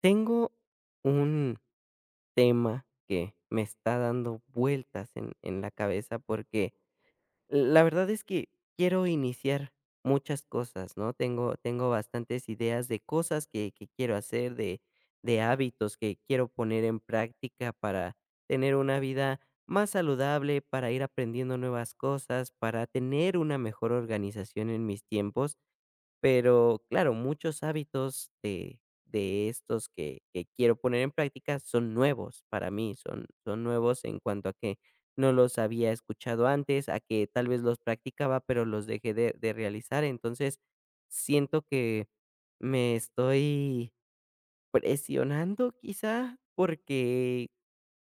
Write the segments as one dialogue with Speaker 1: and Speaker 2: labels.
Speaker 1: Tengo un tema que me está dando vueltas en la cabeza porque la verdad es que quiero iniciar muchas cosas, ¿no? Tengo bastantes ideas de cosas que quiero hacer, de hábitos que quiero poner en práctica para tener una vida más saludable, para ir aprendiendo nuevas cosas, para tener una mejor organización en mis tiempos. Pero claro, muchos hábitos de estos que quiero poner en práctica son nuevos para mí, son nuevos en cuanto a que no los había escuchado antes, a que tal vez los practicaba, pero los dejé de realizar. Entonces, siento que me estoy presionando quizá porque,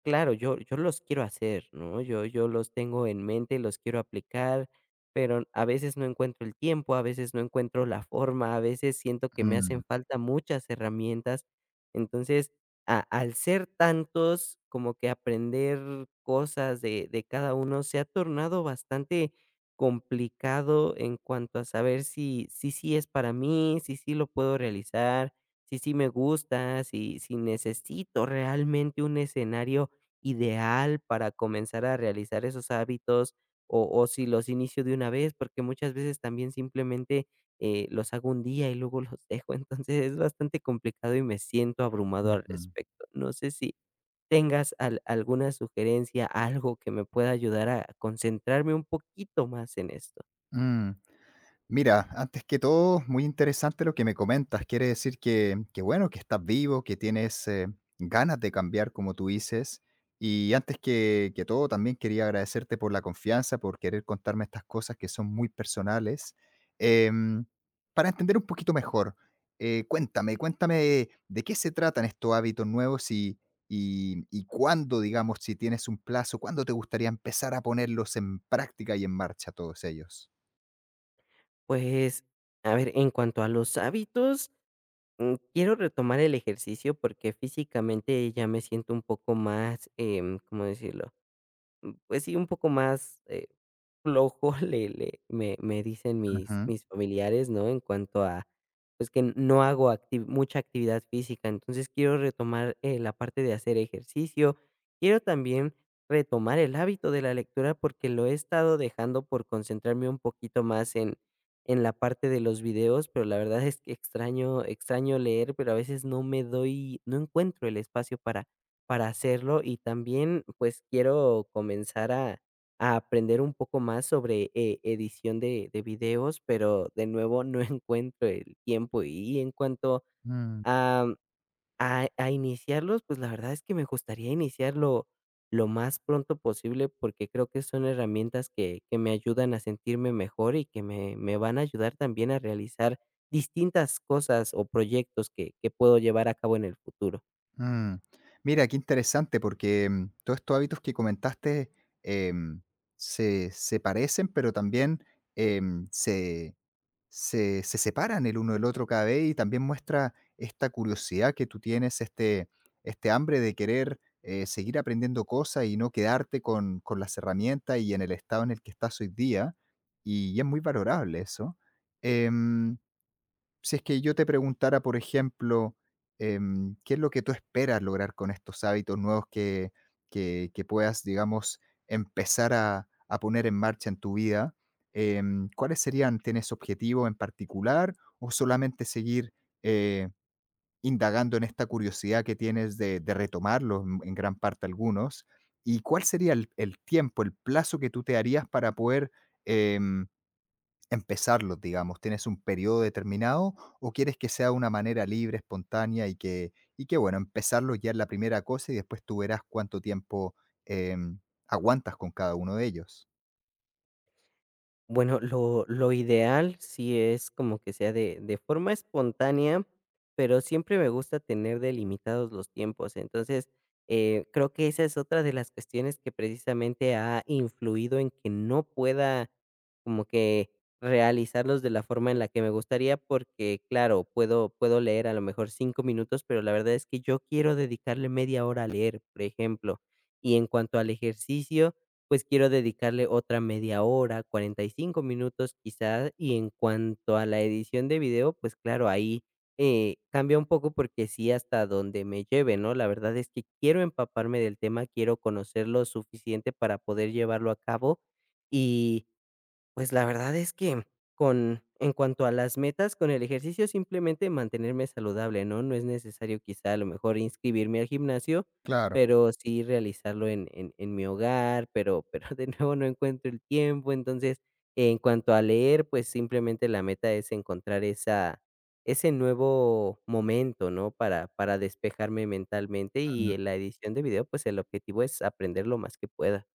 Speaker 1: claro, yo los quiero hacer, ¿no? Yo los tengo en mente, los quiero aplicar, pero a veces no encuentro el tiempo, a veces no encuentro la forma, a veces siento que me
Speaker 2: Mm,
Speaker 1: hacen falta muchas herramientas. Entonces, a al ser tantos, como que aprender cosas de cada uno se ha tornado bastante complicado en cuanto a saber si sí si sí es para mí, si sí lo puedo realizar, si sí me gusta, si necesito realmente un escenario ideal para comenzar a realizar esos hábitos, o si los inicio de una vez, porque muchas veces también simplemente los hago un día y luego los dejo, entonces es bastante complicado y me siento abrumado al
Speaker 2: mm,
Speaker 1: respecto. No sé si tengas alguna sugerencia, algo que me pueda ayudar a concentrarme un poquito más en esto.
Speaker 2: mm. Mira, antes que todo, muy interesante lo que me comentas. Quiere decir que bueno, que estás vivo, que tienes ganas de cambiar, como tú dices. Y antes que todo, también quería agradecerte por la confianza, por querer contarme estas cosas que son muy personales. Em, para entender un poquito mejor, cuéntame de qué se tratan estos hábitos nuevos y cuándo, digamos, si tienes un plazo, cuándo te gustaría empezar a ponerlos en práctica y en marcha todos ellos.
Speaker 1: Pues, a ver, en cuanto a los hábitos, quiero retomar el ejercicio porque físicamente ya me siento un poco más, ¿cómo decirlo? Pues sí, un poco más, flojo, le le me dicen mis
Speaker 2: Ujú.
Speaker 1: familiares, ¿no? En cuanto a, pues, que no hago acti mucha actividad física. Entonces, quiero retomar, la parte de hacer ejercicio. Quiero también retomar el hábito de la lectura, porque lo he estado dejando por concentrarme un poquito más en la parte de los videos, pero la verdad es que extraño leer, pero a veces no me doy no encuentro el espacio para hacerlo. Y también, pues, quiero comenzar a aprender un poco más sobre, edición de videos, pero de nuevo no encuentro el tiempo. Y en cuanto
Speaker 2: Mm.
Speaker 1: a a iniciarlos, pues, la verdad es que me gustaría iniciarlo lo más pronto posible, porque creo que son herramientas que me ayudan a sentirme mejor y que me van a ayudar también a realizar distintas cosas o proyectos que puedo llevar a cabo en el futuro.
Speaker 2: Mm. Mira, qué interesante, porque, todos estos hábitos que comentaste, em, se parecen, pero también, em, se se separan el uno del otro cada vez, y también muestra esta curiosidad que tú tienes, este hambre de querer, seguir aprendiendo cosas y no quedarte con las herramientas y en el estado en el que estás hoy día, y es muy valorable eso. Em si es que yo te preguntara, por ejemplo, ¿qué es lo que tú esperas lograr con estos hábitos nuevos que puedas, digamos, empezar a poner en marcha en tu vida? ¿Cuáles serían? ¿Tienes objetivo en particular o solamente seguir eh, indagando en esta curiosidad que tienes de retomarlos en gran parte algunos? ¿Y cuál sería el tiempo, el plazo que tú te harías para poder... em, empezarlos, digamos, ¿tienes un periodo determinado o quieres que sea una manera libre, espontánea y que bueno, empezarlos ya es la primera cosa y después tú verás cuánto tiempo, em, aguantas con cada uno de ellos?
Speaker 1: Bueno, lo ideal sí es como que sea de forma espontánea, pero siempre me gusta tener delimitados los tiempos. Entonces, creo que esa es otra de las cuestiones que precisamente ha influido en que no pueda como que realizarlos de la forma en la que me gustaría, porque claro, puedo leer a lo mejor 5 minutos, pero la verdad es que yo quiero dedicarle media hora a leer, por ejemplo. Y en cuanto al ejercicio, pues quiero dedicarle otra media hora, 45 minutos quizás, y en cuanto a la edición de video, pues claro, ahí cambia un poco, porque sí, hasta donde me lleve, ¿no? La verdad es que quiero empaparme del tema, quiero conocerlo suficiente para poder llevarlo a cabo. Y pues la verdad es que con en cuanto a las metas, con el ejercicio simplemente mantenerme saludable, ¿no? No es necesario quizá a lo mejor inscribirme al gimnasio,
Speaker 2: Claro.
Speaker 1: pero sí realizarlo en mi hogar, pero de nuevo no encuentro el tiempo. Entonces, en cuanto a leer, pues simplemente la meta es encontrar esa, ese nuevo momento, ¿no? Para despejarme mentalmente. Y en la edición de video, pues el objetivo es aprender lo más que pueda.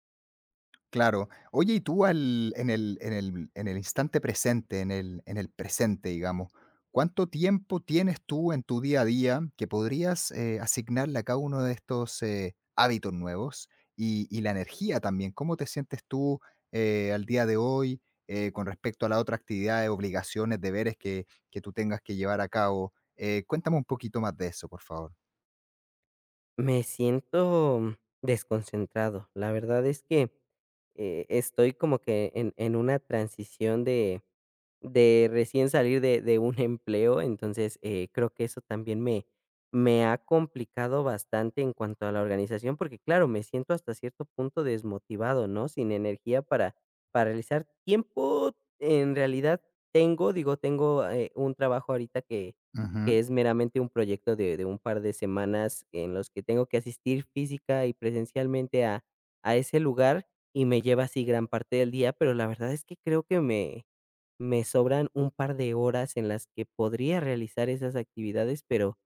Speaker 2: Claro. Oye, y tú al en el en el en el instante presente, en el presente, digamos, ¿cuánto tiempo tienes tú en tu día a día que podrías, asignarle a cada uno de estos, hábitos nuevos? Y la energía también, ¿cómo te sientes tú, al día de hoy, con respecto a las otras actividades, obligaciones, deberes que tú tengas que llevar a cabo? Cuéntame un poquito más de eso, por favor.
Speaker 1: Me siento desconcentrado. La verdad es que, estoy como que en una transición de recién salir de un empleo. Entonces, creo que eso también me ha complicado bastante en cuanto a la organización, porque, claro, me siento hasta cierto punto desmotivado, ¿no? Sin energía para realizar. Tiempo en realidad tengo, digo, tengo, un trabajo ahorita
Speaker 2: Ujú.
Speaker 1: que es meramente un proyecto de un par de semanas en los que tengo que asistir física y presencialmente a ese lugar, y me lleva así gran parte del día, pero la verdad es que creo que me sobran un par de horas en las que podría realizar esas actividades, pero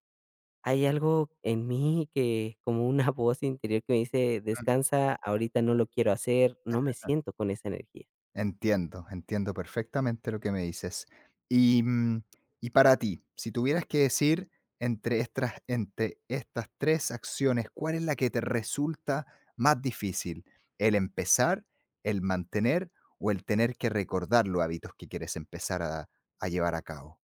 Speaker 1: hay algo en mí que, como una voz interior que me dice: "Descansa, ahorita no lo quiero hacer", no me siento con esa energía.
Speaker 2: Entiendo, entiendo perfectamente lo que me dices. Y y para ti, si tuvieras que decir entre estas tres acciones, ¿cuál es la que te resulta más difícil? ¿El empezar, el mantener o el tener que recordar los hábitos que quieres empezar a llevar a cabo?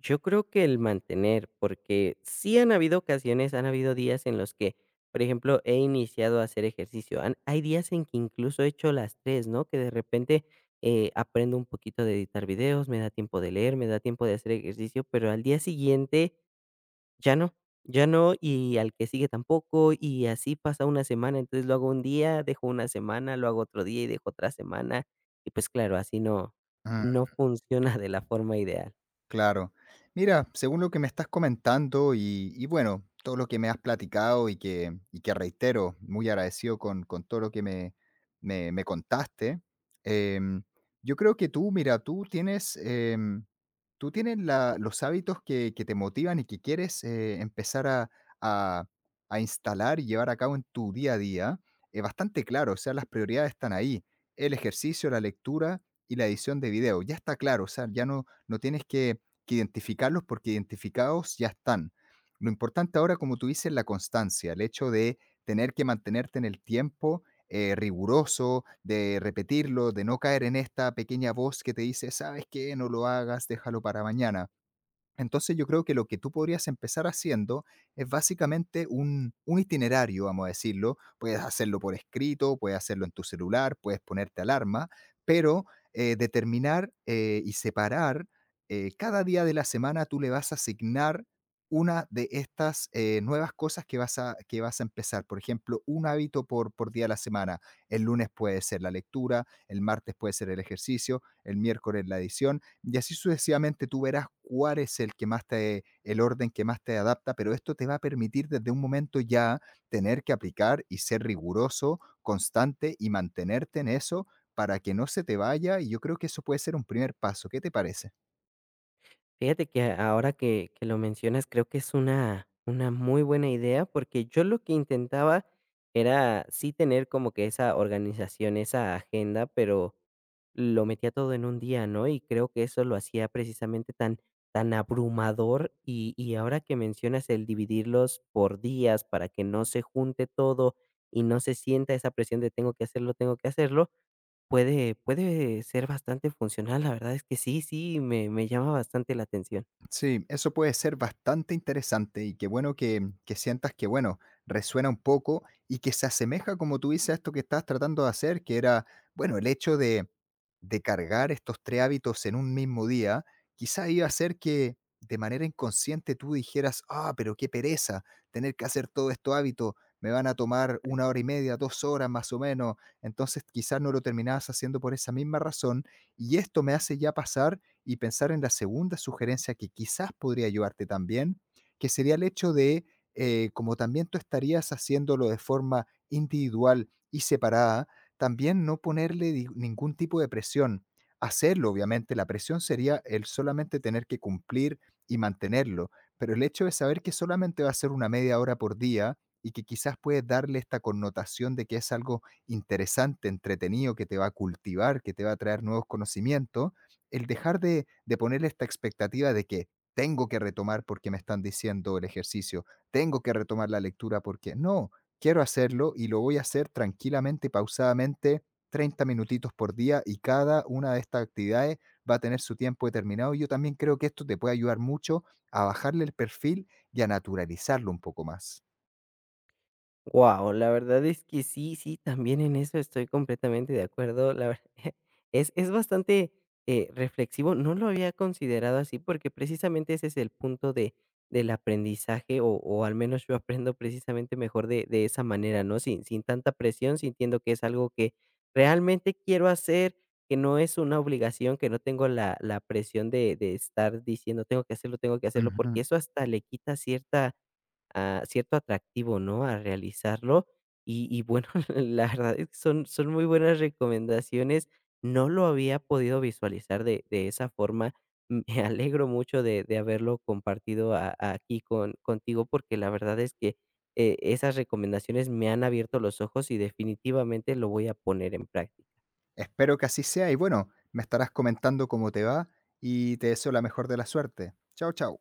Speaker 1: Yo creo que el mantener, porque sí han habido ocasiones, han habido días en los que, por ejemplo, he iniciado a hacer ejercicio. Hay días en que incluso he hecho las tres, ¿no? Que de repente aprendo un poquito de editar videos, me da tiempo de leer, me da tiempo de hacer ejercicio, pero al día siguiente ya no, ya no, y al que sigue tampoco, y así pasa una semana, entonces lo hago un día, dejo una semana, lo hago otro día y dejo otra semana, y pues claro, así no, no funciona de la forma ideal.
Speaker 2: Claro. Mira, según lo que me estás comentando y bueno, todo lo que me has platicado y que reitero, muy agradecido con todo lo que me contaste, em, yo creo que tú, mira, tú tienes... ¿Tú tienes la los hábitos que te motivan y que quieres, empezar a a instalar y llevar a cabo en tu día a día? Es bastante claro, o sea, las prioridades están ahí, el ejercicio, la lectura y la edición de video, ya está claro, o sea, ya no tienes que identificarlos porque identificados ya están. Lo importante ahora, como tú dices, es la constancia, el hecho de tener que mantenerte en el tiempo riguroso, de repetirlo, de no caer en esta pequeña voz que te dice, ¿sabes qué? No lo hagas, déjalo para mañana. Entonces yo creo que lo que tú podrías empezar haciendo es básicamente un itinerario, vamos a decirlo. Puedes hacerlo por escrito, puedes hacerlo en tu celular, puedes ponerte alarma, pero determinar y separar cada día de la semana tú le vas a asignar una de estas nuevas cosas que vas a empezar. Por ejemplo, un hábito por día de la semana. El lunes puede ser la lectura, el martes puede ser el ejercicio, el miércoles la edición y así sucesivamente tú verás cuál es el que más te, el orden que más te adapta, pero esto te va a permitir desde un momento ya tener que aplicar y ser riguroso, constante y mantenerte en eso para que no se te vaya y yo creo que eso puede ser un primer paso. ¿Qué te parece?
Speaker 1: Fíjate que ahora que lo mencionas, creo que es una muy buena idea, porque yo lo que intentaba era sí tener como que esa organización, esa agenda, pero lo metía todo en un día, ¿no? Y creo que eso lo hacía precisamente tan abrumador. Y y ahora que mencionas el dividirlos por días para que no se junte todo y no se sienta esa presión de tengo que hacerlo, puede ser bastante funcional, la verdad es que sí, sí, me llama bastante la atención.
Speaker 2: Sí, eso puede ser bastante interesante y qué bueno que sientas que, bueno, resuena un poco y que se asemeja, como tú dices, a esto que estabas tratando de hacer, que era, bueno, el hecho de cargar estos tres hábitos en un mismo día, quizá iba a hacer que de manera inconsciente tú dijeras, ah, pero qué pereza tener que hacer todos estos hábitos, me van a tomar una hora y media, 2 horas más o menos, entonces quizás no lo terminabas haciendo por esa misma razón y esto me hace ya pasar y pensar en la segunda sugerencia que quizás podría ayudarte también, que sería el hecho de, como también tú estarías haciéndolo de forma individual y separada, también no ponerle ningún tipo de presión. Hacerlo, obviamente, la presión sería el solamente tener que cumplir y mantenerlo, pero el hecho de saber que solamente va a ser una media hora por día y que quizás puedes darle esta connotación de que es algo interesante, entretenido, que te va a cultivar, que te va a traer nuevos conocimientos, el dejar de ponerle esta expectativa de que tengo que retomar porque me están diciendo el ejercicio, tengo que retomar la lectura porque no, quiero hacerlo y lo voy a hacer tranquilamente, pausadamente, 30 minutitos por día y cada una de estas actividades va a tener su tiempo determinado. Y yo también creo que esto te puede ayudar mucho a bajarle el perfil y a naturalizarlo un poco más.
Speaker 1: Wow, la verdad es que sí, sí, también en eso estoy completamente de acuerdo. La ver es bastante, reflexivo. No lo había considerado así, porque precisamente ese es el punto de del aprendizaje, o al menos yo aprendo precisamente mejor de esa manera, ¿no? Sin tanta presión, sintiendo que es algo que realmente quiero hacer, que no es una obligación, que no tengo la presión de estar diciendo: tengo que hacerlo",
Speaker 2: Ujú.
Speaker 1: porque eso hasta le quita cierta, cierto atractivo, ¿no?, a realizarlo. Y bueno, la verdad es que son muy buenas recomendaciones. No lo había podido visualizar de esa forma. Me alegro mucho de haberlo compartido a aquí con contigo, porque la verdad es que, esas recomendaciones me han abierto los ojos y definitivamente lo voy a poner en práctica.
Speaker 2: Espero que así sea y bueno, me estarás comentando cómo te va y te deseo la mejor de la suerte. Chao, chao.